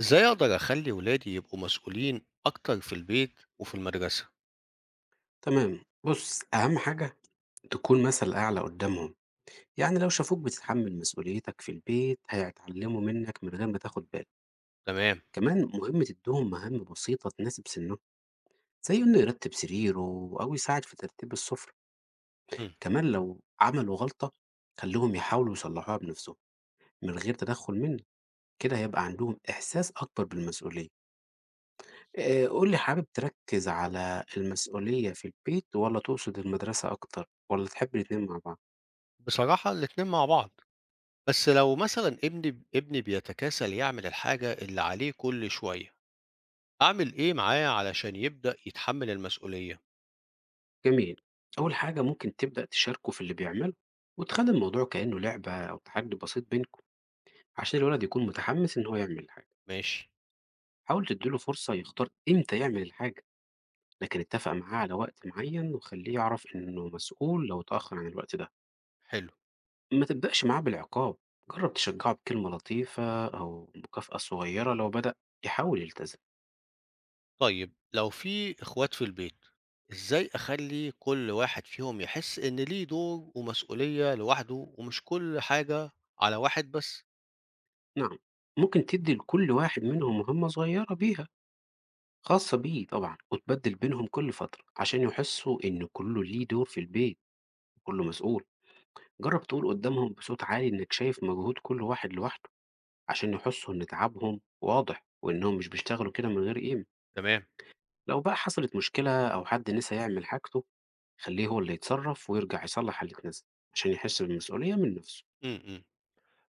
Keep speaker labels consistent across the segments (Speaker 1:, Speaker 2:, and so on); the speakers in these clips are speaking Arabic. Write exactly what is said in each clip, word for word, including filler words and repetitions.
Speaker 1: ازاي اقدر اخلي ولادي يبقوا مسؤولين اكتر في البيت وفي المدرسة؟
Speaker 2: تمام بُص، أهم حاجة تكون مثل أعلى قدّامهم، يعني لو شافوك بتتحمل مسؤوليتك في البيت هيتعلموا منك من غير ما تاخد بالك،
Speaker 1: تمام.
Speaker 2: كمان مهم تدّيهم مهام بسيطة تناسب سنّهم، زي إنه يرتّب سريره أو يساعد في ترتيب السفرة،
Speaker 1: مم.
Speaker 2: كمان لو عملوا غلطة خلّيهم يحاولوا يصلّحوها بنفسهم من غير تدخُّل منّك، كده هيبقى عندهم إحساس أكبر بالمسؤولية. آآ قُل لي حابب تركّز على المسؤولية في البيت والّا تقصد المدرسة أكتر والّا تحب الاتنين مع بعض؟
Speaker 1: بصراحة الاتنين مع بعض، بس لو مثلا ابني ابني بيتكاسل يعمل الحاجة اللي عليه كل شوية، اعمل ايه معاه علشان يبدأ يتحمل المسؤولية؟
Speaker 2: جميل، أول حاجة ممكن تبدأ تشاركه في اللي بيعمله وتخلي الموضوع كأنه لعبة أو تحدي بسيط بينكم عشان الولد يكون متحمس إن هو يعمل حاجة.
Speaker 1: ماشي.
Speaker 2: حاول تديله فرصة يختار إمتى يعمل الحاجة لكن اتفق معاه على وقت معين وخليه يعرف إنه مسؤول لو اتأخر عن الوقت ده.
Speaker 1: حلو.
Speaker 2: ما تبدأش معاه بالعقاب، جرب تشجعه بكلمة لطيفة أو مكافأة صغيرة لو بدأ يحاول يلتزم.
Speaker 1: طيب لو في اخوات في البيت، ازاي اخلي كل واحد فيهم يحس ان ليه دور ومسؤولية لوحده ومش كل حاجة على واحد بس؟
Speaker 2: نعم، ممكن تدي لكل واحد منهم مهمة صغيرة بيها خاصة بيه طبعًا، وتبدِّل بينهم كل فترة عشان يحسّوا إن كُلّه ليه دور في البيت وكُلّه مسؤول، جرّب تقول قدّامهم بصوت عالي إنّك شايف مجهود كل واحد لوحده عشان يحسّوا إن تعبهم واضح وإنّهم مش بيشتغلوا كده من غير قيمة،
Speaker 1: تمام.
Speaker 2: لو بقى حصلت مشكلة أو حد نسى يعمل حاجته، خلّيه هو اللي يتصرّف ويرجع يصلّح اللي اتنسى عشان يحس بالمسؤولية من نَفْسه.
Speaker 1: امم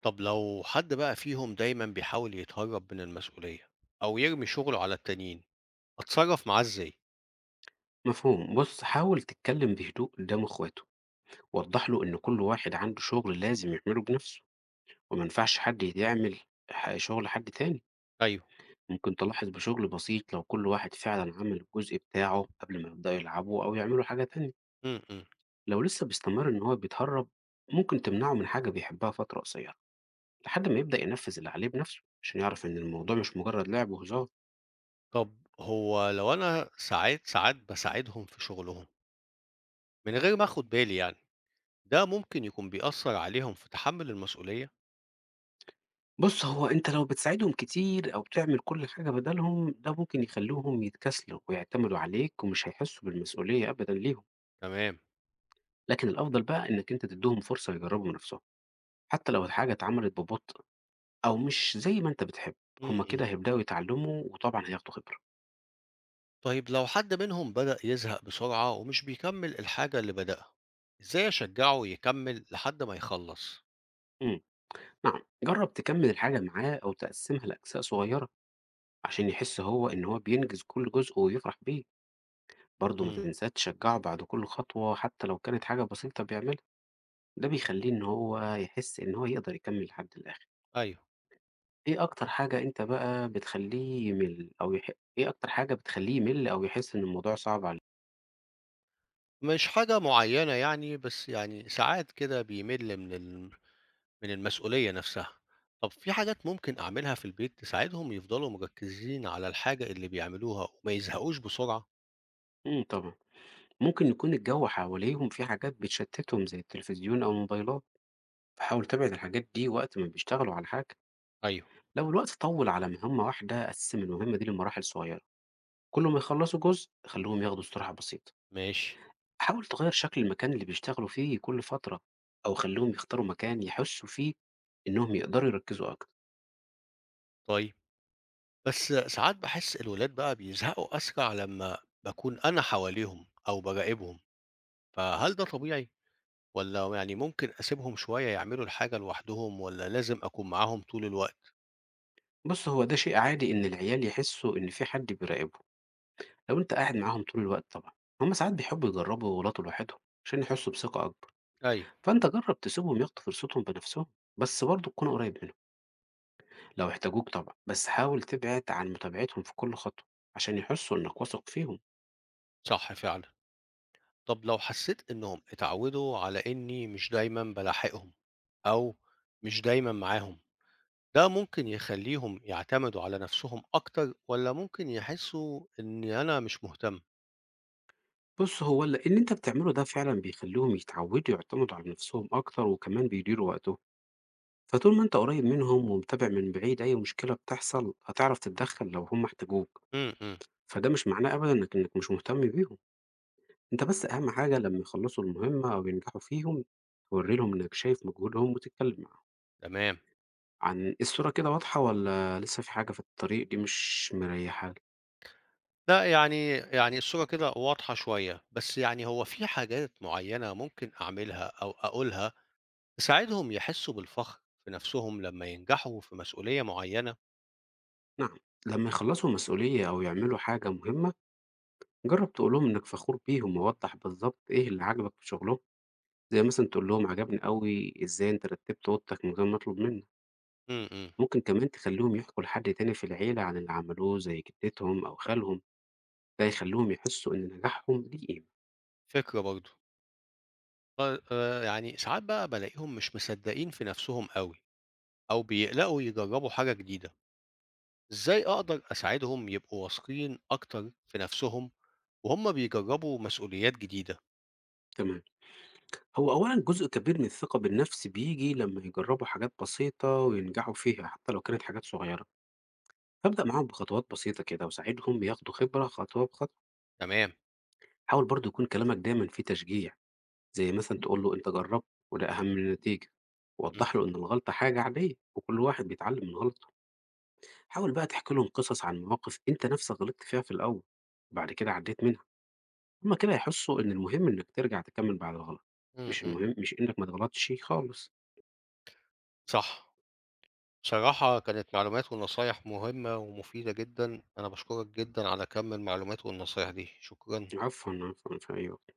Speaker 1: طب لو حد بقى فيهم دايما بيحاول يتهرب من المسؤولية أو يرمي شغله على التانيين، أتصرف معاه إزاي؟
Speaker 2: مفهوم، بُص حاول تتكلّم بهدوء قدّام أخواته، وضّح له إن كل واحد عنده شُغل لازم يعمله بنَفْسه وما ينفعش حد يعمل ح شُغل حد تاني.
Speaker 1: أيوه.
Speaker 2: يعني كنت ألاحظ بشغل بسيط لو كل واحد فعلا عمل الجزء بتاعه قبل ما يبدأوا يلعبوا أو يعملوا حاجة تانية.
Speaker 1: م -م.
Speaker 2: لو لسه بيستمر إن هو بيتهرب ممكن تمنعه من حاجة بيحبها فترة قصيرة لحد ما يبدأ ينفذ اللي عليه بنفسه عشان يعرف إن الموضوع مش مجرد لعب وهزار.
Speaker 1: طب هو لو أنا ساعات ساعات بساعدهم في شغلهم من غير ما أخد بالي يعني، ده ممكن يكون بيأثر عليهم في تحمل المسؤولية؟
Speaker 2: بص، هو أنت لو بتساعدهم كتير أو بتعمل كل حاجة بدلهم ده ممكن يخليهم يتكسلوا ويعتمدوا عليك ومش هيحسوا بالمسؤولية أبدا ليهم.
Speaker 1: تمام.
Speaker 2: لكن الأفضل بقى إنك أنت تديهم فرصة يجربوا من نفسهم حتى لو الحاجة اتعملت ببطء أو مش زي ما أنت بتحب،
Speaker 1: م
Speaker 2: هم
Speaker 1: -م.
Speaker 2: كده هيبدأوا يتعلموا وطبعًا هياخدوا خبرة.
Speaker 1: طيب لو حد منهم بدأ يزهق بسرعة ومش بيكمل الحاجة اللي بدأها، إزاي أشجعه يكمل لحد ما يخلص؟
Speaker 2: إمم، نعم، جرّب تكمّل الحاجة معاه أو تقسّمها لأجزاء صغيّرة عشان يحس هو إن هو بينجز كل جزء ويفرح بيه، برضه ما
Speaker 1: م.
Speaker 2: تنساش تشجّعه بعد كل خطوة حتى لو كانت حاجة بسيطة بيعملها، ده بيخلّيه إن هو يحس إن هو يقدر يكمّل لحد الآخر.
Speaker 1: أيوه.
Speaker 2: إيه أكتر حاجة أنت بقى بتخلّيه يمِل أو يح إيه أكتر حاجة بتخلّيه يمِل أو يحس إن الموضوع صعب عليه؟
Speaker 1: مش حاجة معيّنة يعني، بس يعني ساعات كده بيمِل من ال من المسؤولية نفسها. طب في حاجات ممكن أعملها في البيت تساعدهم يفضلوا مركّزين على الحاجة اللي بيعملوها وما يزهقوش بسرعة؟
Speaker 2: إمم، طبعًا، ممكن يكون الجو حواليهم فيه حاجات بتشتّتهم زي التلفزيون أو الموبايلات. باحاول أبعد الحاجات دي وقت ما بيشتغلوا على حاجة،
Speaker 1: أيوه.
Speaker 2: لو الوقت طوّل على مهمة واحدة، أقسّم المهمة دي لمراحل صغيّرة، كل ما يخلّصوا جزء خلّوهم ياخدوا استراحة بسيطة،
Speaker 1: ماشي،
Speaker 2: حاول تغيّر شكل المكان اللي بيشتغلوا فيه كل فترة، أو خلّيهم يختاروا مكان يحسّوا فيه إنّهم يقدروا يركّزوا أكتر.
Speaker 1: طيب. بس ساعات باحس الولاد بقى بيزهقوا أسرع لمّا باكون أنا حواليهم أو باراقبهم، فهل ده طبيعي والّا يعني ممكن أسيبهم شوية يعملوا الحاجة لوحدهم والّا لازم أكون معاهم طول الوقت؟
Speaker 2: بُص، هو ده شيء عادي إن العيال يحسّوا إن في حد بيراقبهم، لو أنت قاعد معاهم طول الوقت طبعًا، هُم ساعات بيحبّوا يجرّبوا ويغلطوا لوحدهم عشان يحسّوا بثقة أكبر،
Speaker 1: أيوه،
Speaker 2: فأنت جرّب تسيبهم ياخدوا فرصتهم بنفسهم، بس برضه تكون قريّب منهم. لو احتاجوك طبعا، بس حاول تبعد عن متابعتهم في كل خطوة عشان يحسوا إنك واثق فيهم.
Speaker 1: صح فعلًا. طب لو حسيت إنهم اتعودوا على إني مش دايما بلاحقهم أو مش دايما معاهم، ده ممكن يخليهم يعتمدوا على نفسهم أكتر ولا ممكن يحسوا إني أنا مش مهتم؟
Speaker 2: بص، هو اللي اللي أنت بتعمله ده فعلا بيخليهم يتعودوا يعتمدوا على نفسهم أكتر وكمان بيديروا وقتهم، فطول ما أنت قريب منهم ومتابع من بعيد أي مشكلة بتحصل هتعرف تتدخل لو هم احتاجوك.
Speaker 1: امم إمم،
Speaker 2: فده مش معناه أبدا إنك إنك مش مهتم بيهم، أنت بس أهم حاجة لما يخلصوا المهمة أو ينجحوا فيهم توري لهم إنك شايف مجهودهم وتتكلم معاهم.
Speaker 1: تمام.
Speaker 2: عن الصورة كده واضحة ولا لسه في حاجة في الطريق دي مش مريحة؟
Speaker 1: لا، يعني يعني الصورة كده واضحة شوية، بس يعني هو في حاجات معينة ممكن أعملها أو أقولها تساعدهم يحسوا بالفخر في نفسهم لما ينجحوا في مسؤولية معينة؟
Speaker 2: نعم، لما يخلصوا مسؤولية أو يعملوا حاجة مهمة جرب تقولهم إنك فخور بيهم ووضح بالظبط إيه اللي عجبك في شغلهم، زي مثلا تقول لهم عجبني قوي إزاي أنت رتبت أوضتك من غير ما أطلب منك.
Speaker 1: امم إمم،
Speaker 2: ممكن كمان تخليهم يحكوا لحد تاني في العيلة عن اللي عملوه زي جدتهم أو خالهم، ده يخليهم يحسوا إن نجاحهم ليه قيمة.
Speaker 1: فكرة برضو. آه، آه، يعني ساعات بقى بالاقيهم مش مصدقين في نفسهم قوي أو بيقلقوا يجربوا حاجة جديدة، إزاي أقدر أساعدهم يبقوا واثقين أكتر في نفسهم وهم بيجربوا مسؤوليات جديدة؟
Speaker 2: تمام، هو أولا جزء كبير من الثقة بالنفس بيجي لما يجربوا حاجات بسيطة وينجحوا فيها حتى لو كانت حاجات صغيرة، فابدأ معاهم بخطوات بسيطة كده وساعدهم ياخدوا خبرة خطوة بخطوة.
Speaker 1: تمام.
Speaker 2: حاول برضه يكون كلامك دايما فيه تشجيع، زي مثلا تقول له انت جربت وده اهم من النتيجه، ووضح له
Speaker 1: م-
Speaker 2: ان الغلطه حاجه عاديه وكل واحد بيتعلم من غلطه. حاول بقى تحكي لهم قصص عن مواقف انت نفسك غلطت فيها في الاول وبعد كده عديت منها، هما كده يحسوا ان المهم انك ترجع تكمل بعد الغلط،
Speaker 1: م-
Speaker 2: مش
Speaker 1: م.
Speaker 2: المهم مش انك ما تغلطش خالص.
Speaker 1: صح. صراحة كانت معلومات ونصايح مهمة ومفيدة جدا، أنا بشكرك جدا على كم المعلومات والنصايح دي. شكرا.
Speaker 2: عفوا، عفوا، في أي وقت.